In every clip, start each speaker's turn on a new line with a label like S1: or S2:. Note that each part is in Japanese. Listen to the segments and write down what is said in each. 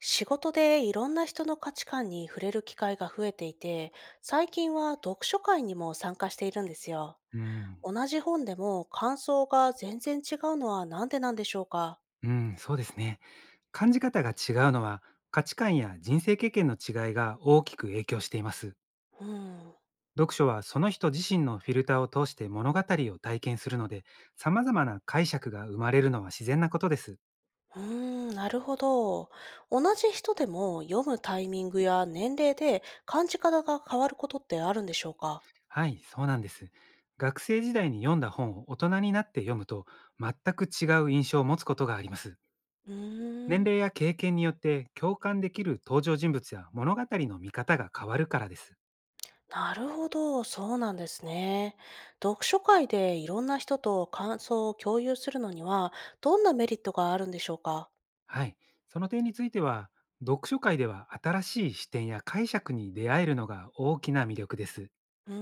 S1: 仕事でいろんな人の価値観に触れる機会が増えていて、最近は読書会にも参加しているんですよ。
S2: うん、
S1: 同じ本でも感想が全然違うのはなんでなんでしょうか？
S2: うん、そうですね。感じ方が違うのは、価値観や人生経験の違いが大きく影響しています。
S1: うん。
S2: 読書はその人自身のフィルターを通して物語を体験するので、様々な解釈が生まれるのは自然なことです。
S1: うーん、なるほど。同じ人でも読むタイミングや年齢で感じ方が変わることってあるんでしょうか？
S2: はい、そうなんです。学生時代に読んだ本を大人になって読むと、全く違う印象を持つことがあります。
S1: うー
S2: 年
S1: ん。
S2: 齢や経験によって共感できる登場人物や物語の見方が変わるからです。
S1: なるほど、そうなんですね。読書会でいろんな人と感想を共有するのには、どんなメリットがあるんでしょうか？
S2: はい、その点については、読書会では新しい視点や解釈に出会えるのが大きな魅力です。
S1: うー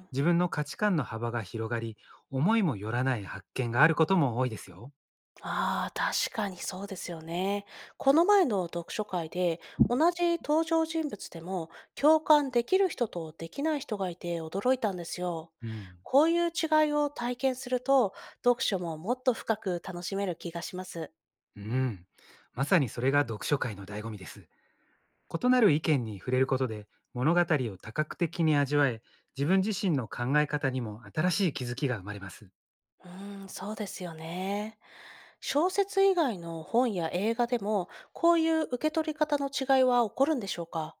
S1: ん。
S2: 自分の価値観の幅が広がり、思いもよらない発見があることも多いですよ。
S1: ああ、確かにそうですよね。この前の読書会で、同じ登場人物でも、共感できる人とできない人がいて驚いたんですよ。
S2: うん。
S1: こういう違いを体験すると、読書ももっと深く楽しめる気がします。
S2: うん。まさにそれが読書会の醍醐味です。異なる意見に触れることで、物語を多角的に味わえ、自分自身の考え方にも新しい気づきが生まれます。
S1: うーん、そうですよね。小説以外の本や映画でも、こういう受け取り方の違いは起こるんでしょうか？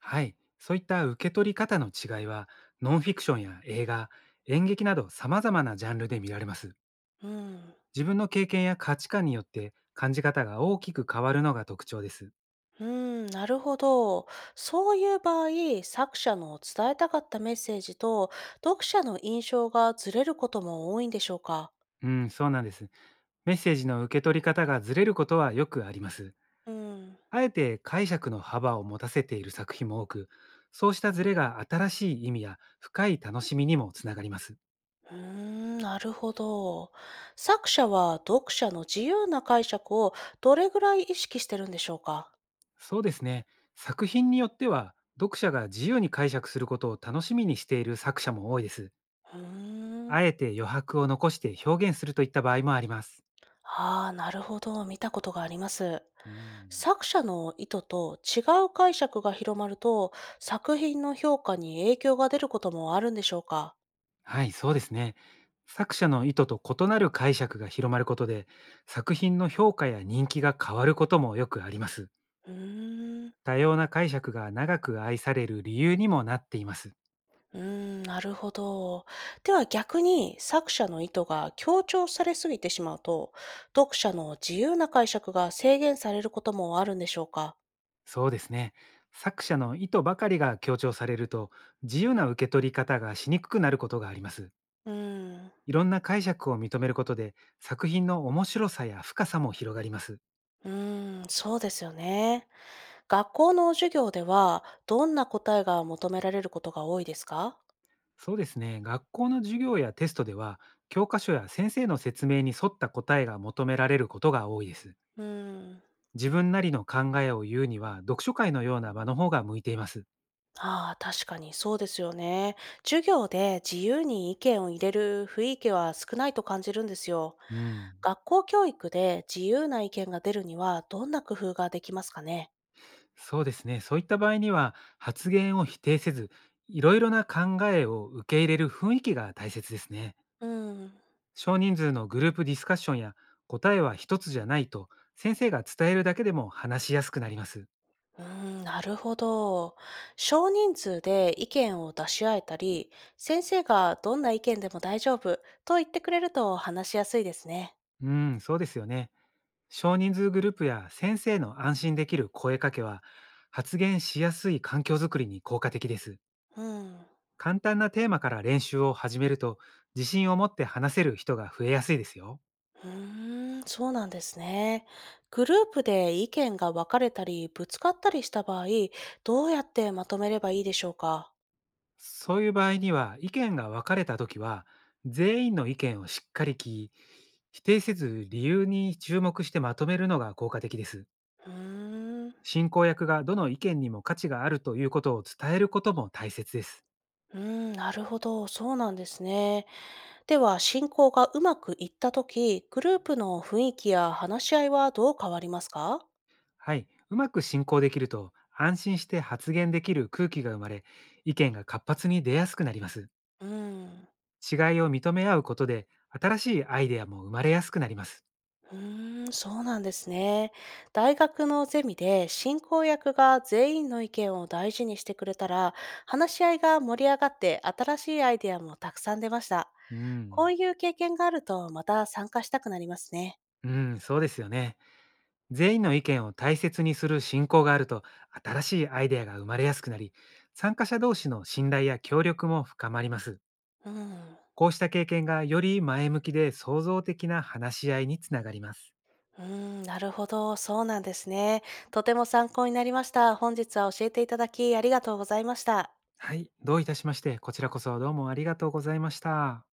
S2: はい、そういった受け取り方の違いは、ノンフィクションや映画、演劇など様々なジャンルで見られます。
S1: うん。
S2: 自分の経験や価値観によって感じ方が大きく変わるのが特徴です。
S1: うん、なるほど。そういう場合、作者の伝えたかったメッセージと、読者の印象がずれることも多いんでしょうか？
S2: うん、そうなんです。メッセージの受け取り方がずれることはよくあります。
S1: うん。
S2: あえて解釈の幅を持たせている作品も多く、そうしたズレが新しい意味や深い楽しみにもつながります。
S1: うーん、なるほど。作者は読者の自由な解釈をどれぐらい意識してるんでしょうか？
S2: そうですね。作品によっては、読者が自由に解釈することを楽しみにしている作者も多いです。
S1: うーん。
S2: あえて余白を残して表現するといった場合もあります。
S1: ああ、なるほど。見たことがあります。
S2: うん。
S1: 作者の意図と違う解釈が広まると、作品の評価に影響が出ることもあるんでしょうか？
S2: はい、そうですね。作者の意図と異なる解釈が広まることで、作品の評価や人気が変わることもよくあります。
S1: うーん、
S2: 多様な解釈が長く愛される理由にもなっています。
S1: うーん、なるほど。では逆に作者の意図が強調されすぎてしまうと、読者の自由な解釈が制限されることもあるんでしょうか？
S2: そうですね。作者の意図ばかりが強調されると、自由な受け取り方がしにくくなることがあります。
S1: うーん。
S2: いろんな解釈を認めることで、作品の面白さや深さも広がります。
S1: うーん、そうですよね。学校の授業ではどんな答えが求められることが多いですか？
S2: そうですね。学校の授業やテストでは、教科書や先生の説明に沿った答えが求められることが多いです。
S1: うーん。
S2: 自分なりの考えを言うには、読書会のような場の方が向いています。
S1: ああ、確かにそうですよね。授業で自由に意見を入れる雰囲気は少ないと感じるんですよ。
S2: うん。
S1: 学校教育で自由な意見が出るにはどんな工夫ができますかね？
S2: そうですね。そういった場合には、発言を否定せず、いろいろな考えを受け入れる雰囲気が大切ですね。
S1: うん。
S2: 少人数のグループディスカッションや、答えは一つじゃないと、先生が伝えるだけでも話しやすくなります。
S1: うーん、なるほど。少人数で意見を出し合えたり、先生がどんな意見でも大丈夫と言ってくれると話しやすいですね。
S2: うん、そうですよね。少人数グループや先生の安心できる声かけは、発言しやすい環境づくりに効果的です。
S1: うん。
S2: 簡単なテーマから練習を始めると、自信を持って話せる人が増えやすいですよ。
S1: うーん、そうなんですね。グループで意見が分かれたり、ぶつかったりした場合、どうやってまとめればいいでしょうか？
S2: そういう場合には、意見が分かれた時は、全員の意見をしっかり聞き、否定せず理由に注目してまとめるのが効果的です。
S1: うーん、う
S2: 進行役がどの意見にも価値があるということを伝えることも大切です。
S1: ーん、なるほど、そうなんですね。では、進行がうまくいったとき、グループの雰囲気や話し合いはどう変わりますか？
S2: はい、うまく進行できると安心して発言できる空気が生まれ、意見が活発に出やすくなります。
S1: うん。
S2: 違いを認め合うことで、新しいアイデアも生まれやすくなります。
S1: うーん、そうなんですね。大学のゼミで進行役が全員の意見を大事にしてくれたら、話し合いが盛り上がって新しいアイデアもたくさん出ました。
S2: う
S1: こ
S2: ん、
S1: ういう経験があるとまた参加したくなりますね。
S2: うん、そうですよね。全員の意見を大切にする進行があると、新しいアイデアが生まれやすくなり、参加者同士の信頼や協力も深まります。
S1: うん。
S2: こうした経験がより前向きで創造的な話し合いにつながります。
S1: うーん、なるほど。そうなんですね。とても参考になりました。本日は教えていただきありがとうございました。
S2: はい、どういたしまして、こちらこそどうもありがとうございました。